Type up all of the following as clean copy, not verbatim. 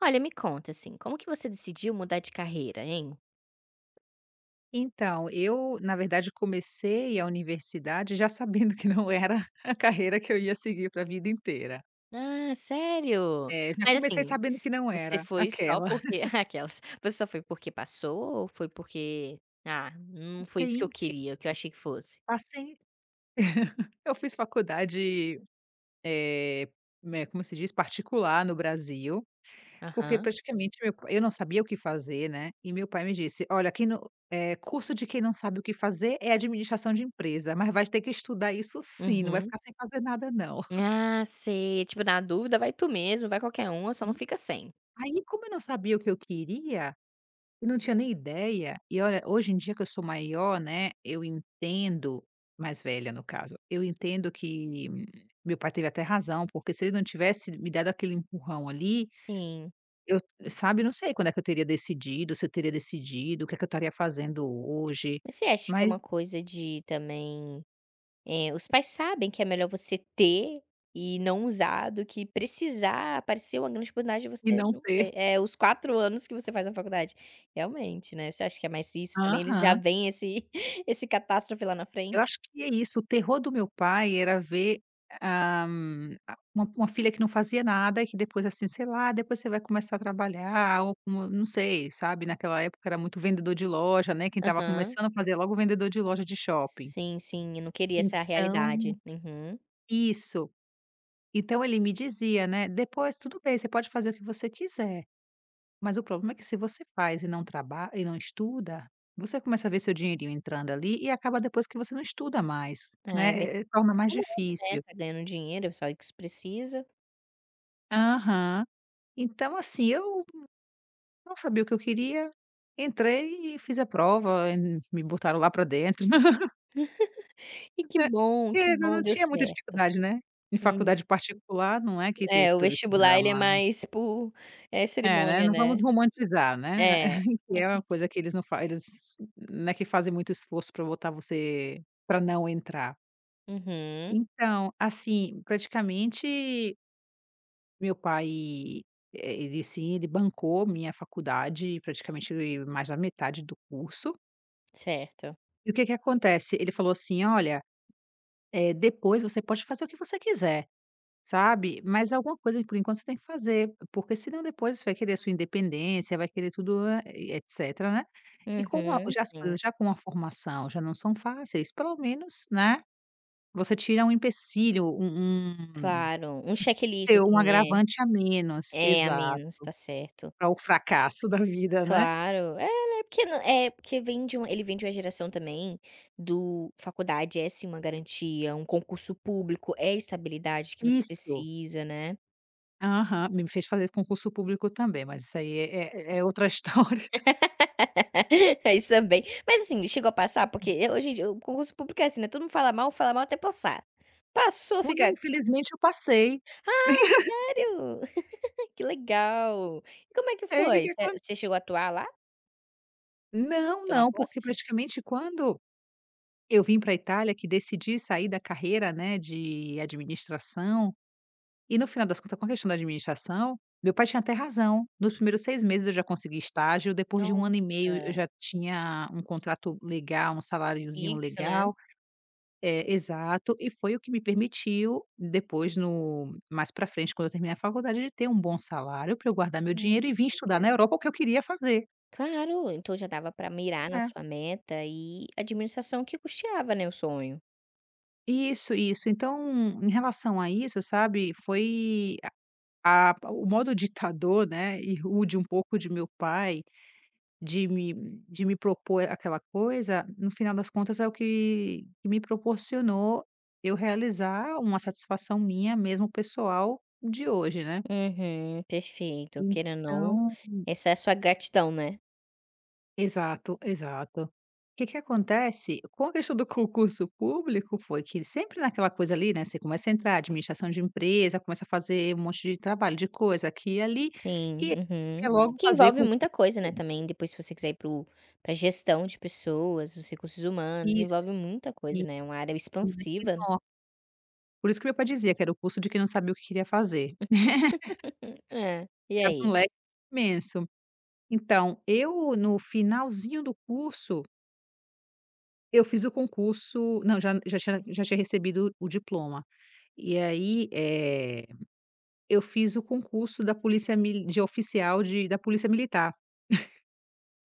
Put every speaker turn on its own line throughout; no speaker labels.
Olha, me conta, assim, como que você decidiu mudar de carreira, hein?
Então, eu, na verdade, comecei a universidade já sabendo que não era a carreira que eu ia seguir para a vida inteira.
Ah, sério?
É, já
Mas,
comecei
assim,
sabendo que não
você
era
foi só
aquela.
porque aquelas. Você só foi porque passou ou foi porque: "Ah, não foi
Não
isso que eu
em quê.
queria, o que eu achei que fosse"?
Passei eu fiz faculdade, eh, né, como se diz? Particular no Brasil, porque
Aham.
praticamente meu pai eu não sabia o que fazer, né, e meu pai me disse: "Olha, quem não eh, curso de quem não sabe o que fazer é administração de empresa, mas vai ter que estudar isso sim, não vai
Uhum.
ficar sem fazer nada não".
Ah, sei. Tipo, na dúvida, vai tu mesmo, vai qualquer um, só não fica sem.
Aí, como eu não sabia o que eu queria, eu não tinha nem ideia, e olha, hoje em dia que eu sou maior, né, eu entendo mais velha no caso, eu entendo que meu pai teve até razão, porque se ele não tivesse me dado aquele empurrão ali,
Sim.
eu, sabe, não sei quando é que eu teria decidido, se eu teria decidido, o que é que eu estaria fazendo hoje,
Mas você acha que é
mas
uma coisa de também os pais sabem que é melhor você ter e não usar do que precisar, aparecer uma grande oportunidade de
e
você
não
não
ter.
ter. É, os 4 anos que você faz na faculdade. Realmente, né, você acha que é mais isso também, eles já
Aham.
veem esse esse catástrofe lá na
Eu
frente?
acho que é isso, o terror do meu pai era ver, ah, a uma filha que não fazia nada e que depois, assim, sei lá, depois você vai começar a trabalhar ou como não sei, sabe, naquela época era muito vendedor de loja, né, quem estava
Aham.
começando fazia logo vendedor de loja de shopping.
Sim, sim, eu não queria essa
Então
realidade. Uhum.
isso. Então ele me dizia, né: "Depois tudo bem, você pode fazer o que você quiser". Mas o problema é que se você faz e não trabalha e não estuda, você começa a ver seu dinheirinho entrando ali e acaba depois que você não estuda mais,
Ah, é verdade.
né, torna mais
Acomoda, né,
difícil.
tá ganhando dinheiro, é só o que se precisa.
Aham. Então assim, eu não sabia o que eu queria, entrei e fiz a prova, e me botaram lá para dentro.
E
Né.
que
E não
bom,
não
deu
tinha muita
certo.
dificuldade, né. Em
Hum.
faculdade particular não é que tem
É,
esse
o
todo esse
vestibular ele é
drama.
mais por, é
É, né,
cerimônia,
não
né.
vamos romantizar, né,
É.
que
É
é
por
uma coisa que eles não fazem, eles, né, que fazem muito esforço para botar você para não entrar.
Uhum,
Então, assim, praticamente meu pai, ele sim, ele bancou minha faculdade, praticamente mais da metade do curso.
certo.
E o que que acontece? Ele falou assim: "Olha, depois você pode fazer o que você quiser". Sabe, mas alguma coisa por enquanto você tem que fazer, porque senão depois você vai querer a sua independência, vai querer tudo, etcétera, né. E como a
Uhum.
já as
Sim,
coisas já com a formação já não são fáceis, pelo menos, né, você tira um empecilho, um um
claro, um checklist,
teu um
assim, é
agravante a menos.
é a
Exato,
menos, tá certo.
para o fracasso da vida, né.
Claro, é, né, porque não é, porque vem de ele vem de uma geração também do faculdade é sim uma garantia, um concurso público é a estabilidade que você
Isso.
precisa, né.
Aham, me fez fazer concurso público também, mas isso aí é outra história.
É isso também. Mas, assim, chegou a passar? Porque hoje em dia o concurso público é assim, né, todo mundo fala mal até passar. Passou,
Mulher,
fica:
infelizmente eu passei.
"Sério? que legal". E como é que
Aí o que
foi?
que acon
Você chegou a atuar lá?
não,
Tomar
não, porque
posse?
praticamente quando eu vim para a Itália que decidi sair da carreira, né, de administração, e no final das contas, com a questão da administração, meu pai tinha até razão. Nos primeiros 6 meses eu já consegui estágio, depois de um ano e meio eu
Nossa,
já tinha um contrato legal, um saláriozinho
isso, né.
legal é, exato, e foi o que me permitiu depois no mais para frente, quando eu terminei a faculdade, de ter um bom salário para eu guardar meu
Hum.
dinheiro e vir estudar na
Legal.
Europa o que eu queria fazer.
Claro, então já dava pra mirar na
É.
sua meta e a administração que custeava, né, o sonho.
Isso, isso. Então, em relação a isso, sabe, foi A o modo ditador, né, e rude um pouco de meu pai, de me de me propor aquela coisa, no final das contas é o que que me proporcionou eu realizar uma satisfação minha, mesmo pessoal, de hoje, né.
Uhum, perfeito, querendo ou não,
Então
essa é a sua gratidão, né.
exato, exato. O que que acontece, com a questão do concurso público, foi que sempre naquela coisa ali, né, você começa a entrar, administração de empresa, começa a fazer um monte de trabalho, de coisa, aqui e ali,
Sim,
e quer
uhum.
logo
Que
fazer
envolve muita
concurso.
coisa, né, também, depois se você quiser ir para o pra gestão de pessoas, os recursos humanos,
Isso,
envolve muita coisa,
isso,
né, é uma área
um leque
expansiva.
enorme. Por isso que meu pai dizia que era o curso de quem não sabia o que queria fazer.
É, e
Abre
aí?
um leque imenso. Então, eu no finalzinho do curso, eu fiz o concurso não, já tinha recebido o diploma. E aí, eu fiz o concurso da polícia militar.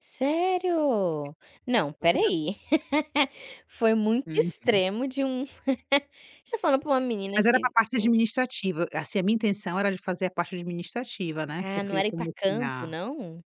Sério? Não, espera
Da-
aí. Foi muito
Uhum.
extremo de um você tá falando pra uma menina
Mas era para
que
a parte administrativa, assim, a minha intenção era de fazer a parte administrativa, né,
ah, não
porque
era ir pra
como eu
campo,
tinha.
não?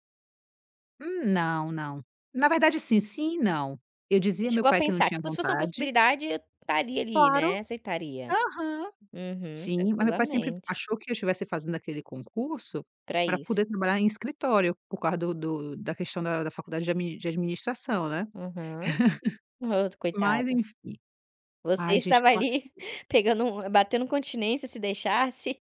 Não, não. Na verdade, sim, sim e não. Eu dizia a
Você
meu
chegou a
pai que não
pensar,
tinha
tipo, se fosse uma
vontade.
possibilidade, eu estaria ali, né,
Claro.
aceitaria.
Aham.
Uhum,
Sim, mas meu pai sempre
tranquilamente,
achou que eu estivesse fazendo aquele concurso
pra
para
isso.
poder trabalhar em escritório, por causa do do da questão da faculdade de administração, né.
Aham. Oh,
Mas
coitada.
enfim.
Você
Ai, gente,
estava
eu passo.
ali pegando um batendo continência, se deixasse,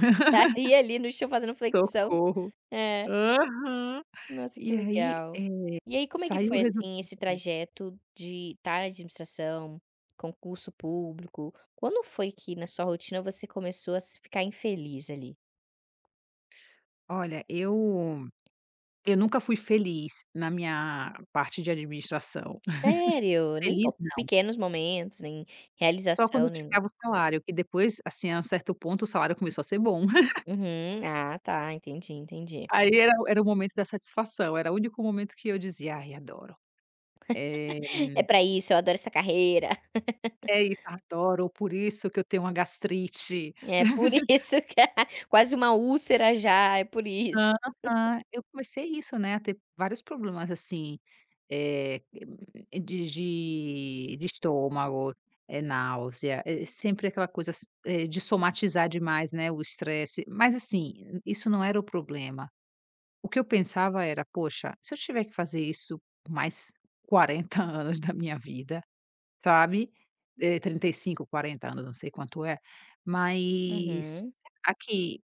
estaria ali no chão fazendo flexão.
Socorro.
É.
Aham.
Nossa, que
E aí,
legal. E aí, como é que
saiu o
foi,
resultado.
assim, esse trajeto de estar na administração, concurso público? Quando foi que na sua rotina você começou a se ficar infeliz ali?
Olha, eu nunca fui feliz na minha parte de administração.
Sério? Nem
Feliz
po
não.
pequenos momentos, nem
Só
realização,
quando
nem
chegava
nada.
o salário, que depois, assim, a certo ponto, o salário começou a ser bom.
Uhum. Ah, tá, entendi, entendi.
Aí era o momento da satisfação, era o único momento que eu dizia: "Ai, adoro. Eh,
"É pra isso, eu adoro essa carreira.
é isso, adoro, por isso que eu tenho uma gastrite".
É por isso que" quase uma úlcera já, é por isso.
Aham. Eu comecei isso, né, a ter vários problemas, assim, eh, de de estômago, náusea, sempre aquela coisa, de somatizar demais, né, o estresse. Mas, assim, isso não era o problema. O que eu pensava era: "Poxa, se eu tiver que fazer isso por mais 40 anos da minha vida, sabe, 35, 40 anos, não sei quanto é, mas
Uhum.
aqui,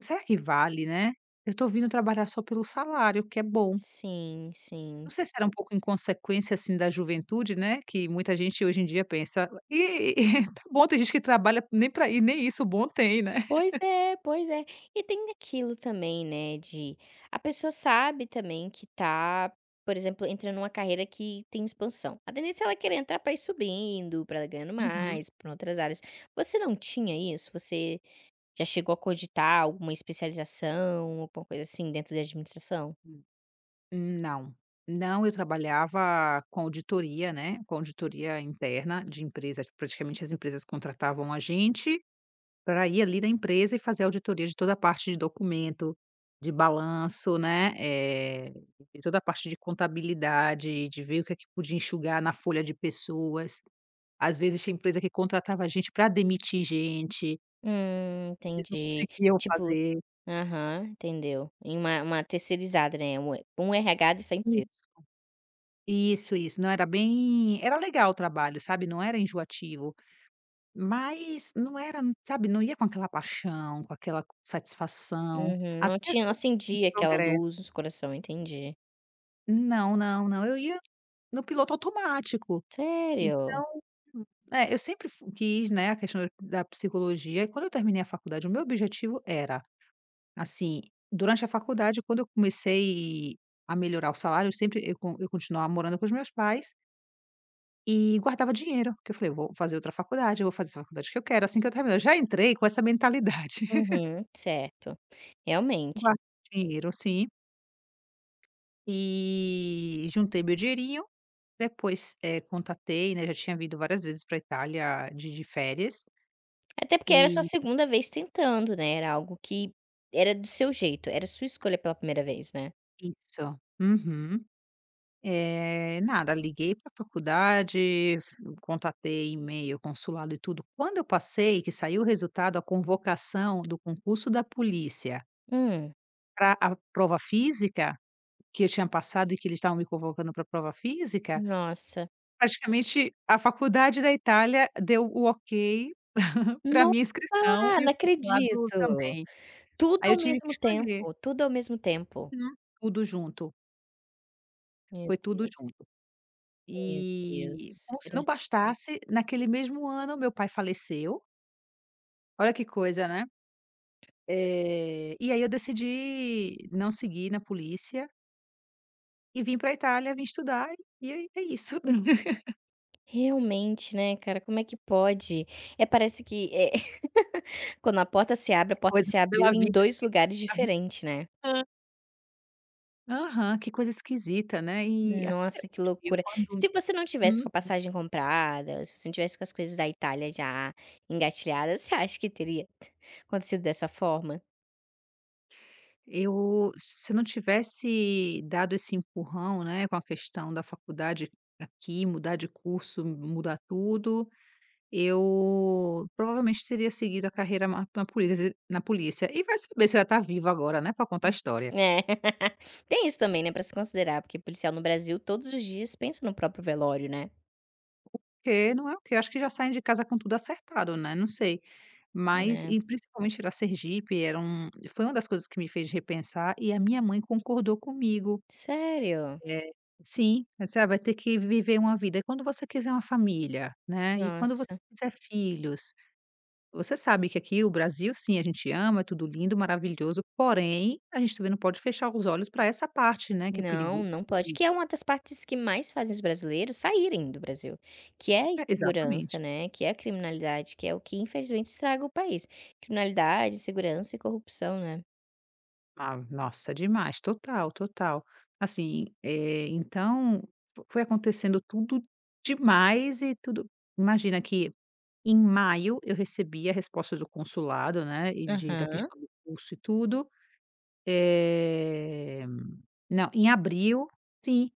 será que vale, né? Eu tô vindo trabalhar só pelo salário, que é bom".
Sim,
Não
sim.
sei se era um pouco inconsequência, assim, da juventude, né, que muita gente hoje em dia pensa: "E tá bom, tem gente que trabalha nem para ir nem isso bom tem, né?".
Pois é, pois é. E tem aquilo também, né, de a pessoa sabe também que tá, por exemplo, entrando numa carreira que tem expansão. A tendência é ela querer entrar pra ir subindo, pra ela ganhando
Uhum.
mais, pra outras áreas. Você não tinha isso? Você já chegou a cogitar alguma especialização, alguma coisa assim dentro da administração?
Não, não, eu trabalhava com auditoria, né, com auditoria interna de empresa, tipo, praticamente as empresas contratavam a gente para ir ali na empresa e fazer auditoria de toda a parte de documento, de balanço, né, de toda a parte de contabilidade, de ver o que é que podia enxugar na folha de pessoas. Às vezes tinha empresa que contratava a gente para demitir gente, eles não
Entendi.
conseguiam
Tipo
fazer.
aham, entendeu. Em uma terceirizada, né, um RH dessa empresa.
Isso, isso, não, era legal o trabalho, sabe, não era enjoativo. Mas não era, sabe, não ia com aquela paixão, com aquela satisfação,
Uhum,
até
não tinha não
os pequenos
acendia aquela
progressos.
luz no seu coração, entendi.
Não, não, não, eu ia no piloto automático.
Sério?
Então, é, eu sempre fu quis, né, a questão da psicologia, e quando eu terminei a faculdade, o meu objetivo era, assim, durante a faculdade, quando eu comecei a melhorar o salário, eu continuava morando com os meus pais e guardava dinheiro, porque eu falei: "Eu vou fazer outra faculdade, eu vou fazer a faculdade que eu quero assim que eu terminar". Eu já entrei com essa mentalidade.
Uhum, certo. Realmente.
Guardei dinheiro, sim, e juntei meu dinheirinho, depois, contatei, né, já tinha vindo várias vezes para Itália de férias
Até porque era a sua
e
segunda vez tentando, né, era algo que era do seu jeito, era sua escolha pela primeira vez, né?
isso. Uhum. Nada, liguei para a faculdade, f contatei e-mail, consulado e tudo. Quando eu passei, que saiu o resultado, a convocação do concurso da polícia
Hum,
para a prova física, que eu tinha passado e que eles estavam me convocando para a prova física,
nossa.
praticamente a faculdade da Itália deu o ok para minha
Nossa,
inscrição e
não
o consulado
acredito.
também.
Tudo
Aí eu
ao
tive que
mesmo
escolher.
tempo, tudo ao mesmo tempo.
Uhum. Tudo junto,
Meu
foi tudo
Deus,
junto.
meu
E
Deus.
como se
Era
não bastasse, naquele mesmo ano meu pai faleceu, olha que coisa, né. E aí eu decidi não seguir na polícia e vim para a Itália, vim estudar e é isso.
realmente, né, cara, como é que pode? É, parece que, quando a porta se abre, a porta
Coisa
se abriu
pela
em
vida
2
esqui
lugares
a vida
diferentes, né?
aham, que coisa esquisita, né. E até
Nossa, que
hoje eu
loucura.
quando
Se você não tivesse com a
hum.
passagem comprada, se você não tivesse com as coisas da Itália já engatilhadas, você acha que teria acontecido dessa forma?
Eu se eu não tivesse dado esse empurrão, né, com a questão da faculdade aqui, mudar de curso, mudar tudo, eu provavelmente teria seguido a carreira ma na polícia. E vai saber se eu ia estar viva agora, né, para contar a história.
É. Tem isso também, né, pra se considerar, porque policial no Brasil todos os dias pensa no próprio velório, né.
Porque não é o quê, eu acho que já saem de casa com tudo acertado, né, não sei. Mas
É.
e principalmente era Sergipe, era um foi uma das coisas que me fez repensar e a minha mãe concordou comigo.
Sério?
É, sim, é, você vai ter que viver uma vida. E quando você quiser uma família, né, e quando você
Nossa.
quiser filhos, você sabe que aqui o Brasil, sim, a gente ama, é tudo lindo, maravilhoso, porém, a gente também não pode fechar os olhos para essa parte, né, que é
Não,
perigoso
não pode. Que é uma das partes que mais fazem os brasileiros saírem do Brasil, que é a insegurança,
exatamente.
né, que é a criminalidade, que é o que infelizmente estraga o país. Criminalidade, segurança e corrupção, né.
Ah, nossa, demais, total, total. Assim, então, fo foi acontecendo tudo demais e tudo imagina que em maio eu recebi a resposta do consulado, né, e de da
Aham.
questão do curso e tudo, eh, não, em abril, sim,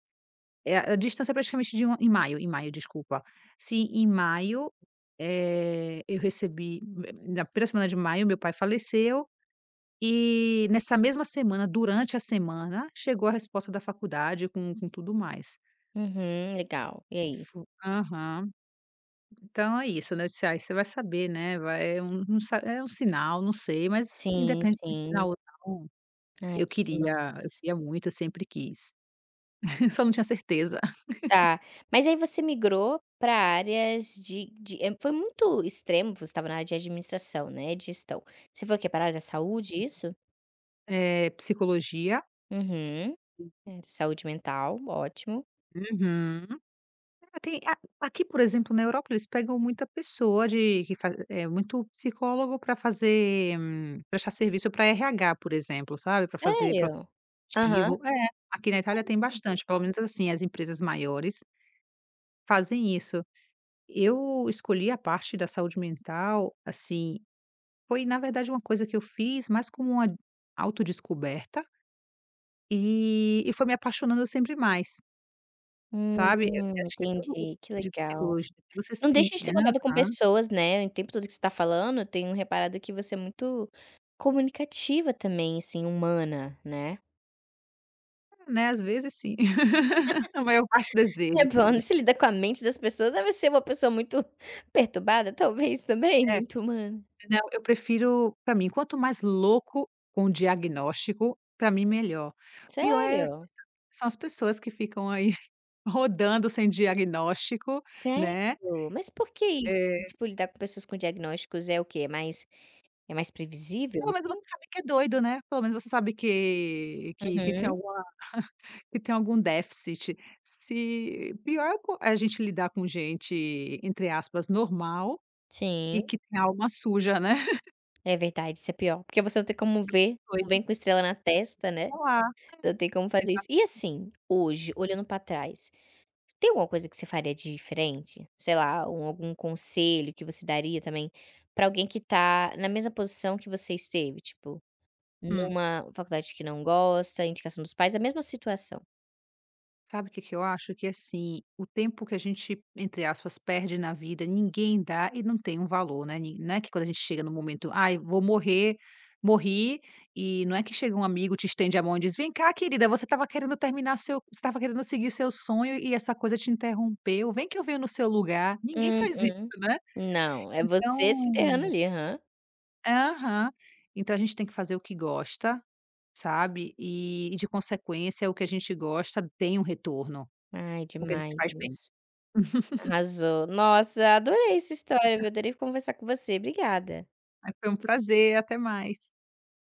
é a distância é praticamente de um em maio, desculpa. Sim, em maio, eu recebi na primeira semana de maio, meu pai faleceu e nessa mesma semana, durante a semana, chegou a resposta da faculdade com tudo mais.
Uhum, legal. E aí?
Fo Aham. Então é isso, né, eu disse: "Ai, você vai saber, né, vai é um um sa é um sinal, não sei", mas
Sim,
independente de
sim.
sinal ou não,
Ai,
eu
que
queria eu
demais.
queria muito, eu sempre quis, só não tinha certeza.
Tá, mas aí você migrou para áreas de foi muito extremo, você estava na área de administração, né, de gestão. Você foi o quê? Pra área da saúde, isso?
Psicologia
Uhum. É, saúde mental, ótimo.
uhum. Ah, tem a aqui, por exemplo, na Europa, eles pegam muita pessoa de que faz muito psicólogo para fazer prestar serviço pra RH, por exemplo, sabe, para fazer
Sério? Aham.
protettivo é, aqui na Itália tem bastante, pelo menos assim, as empresas maiores fazem isso. Eu escolhi a parte da saúde mental, assim, foi na verdade uma coisa que eu fiz mais como uma autodescoberta, e foi me apaixonando sempre mais, sabe. Eu acho que é todo o curso
Entendi, que
de
legal.
psicologia você
Não
sim
deixa de ter contato com
aham.
pessoas, né, o tempo todo que você tá falando, eu tenho reparado que você é muito comunicativa também, assim, humana, né.
Né, às vezes sim. A maior parte das
É
vezes
bom,
sim.
né, se lida com a mente das pessoas, deve ser uma pessoa muito perturbada, talvez, também,
É.
muito humana.
Não, eu prefiro pra mim, quanto mais louco com o diagnóstico, pra mim melhor. Pior
Sério?
são as pessoas que ficam aí rodando sem diagnóstico,
Sério?
né.
Mas por que isso?
É,
Tipo, lidar com pessoas com diagnósticos é o quê? É mais previsível,
pelo menos
assim?
você sabe que é doido, né, pelo menos você sabe que tem
Uhum.
alguma que tem algum déficit. Se pior é co é a gente lidar com gente, entre aspas, "normal"
Sim,
e que tem alma suja, né,
é verdade, isso é pior, porque você não tem como ver, não vem
doido
com estrela na testa, né.
tá.
Não tem como fazer isso. E assim, hoje, olhando pra trás, tem alguma coisa que você faria de diferente? Sei lá, um algum conselho que você daria também pra alguém que tá na mesma posição que você esteve, tipo, numa faculdade que não gosta, indicação dos pais, a mesma situação?
Sabe o que que eu acho? Que assim, o tempo que a gente, entre aspas, perde na vida, ninguém dá e não tem um valor, né, nin não é que quando a gente chega no momento: "Ai, vou morrer, morri", e não é que chega um amigo, te estende a mão e diz: "Vem cá querida, você estava querendo seguir seu sonho e essa coisa te interrompeu, vem que eu venho no seu lugar". Ninguém faz isso,
Mm.
né.
Não, é você se enterrando
Então
ali, aham.
aham. Então a gente tem que fazer o que gosta, sabe, e de consequência o que a gente gosta tem um retorno,
Ai,
o que a gente
demais
faz bem.
isso. Arrasou. Nossa, adorei sua história, viu, adorei conversar com você, obrigada.
Ai, foi um prazer, até mais.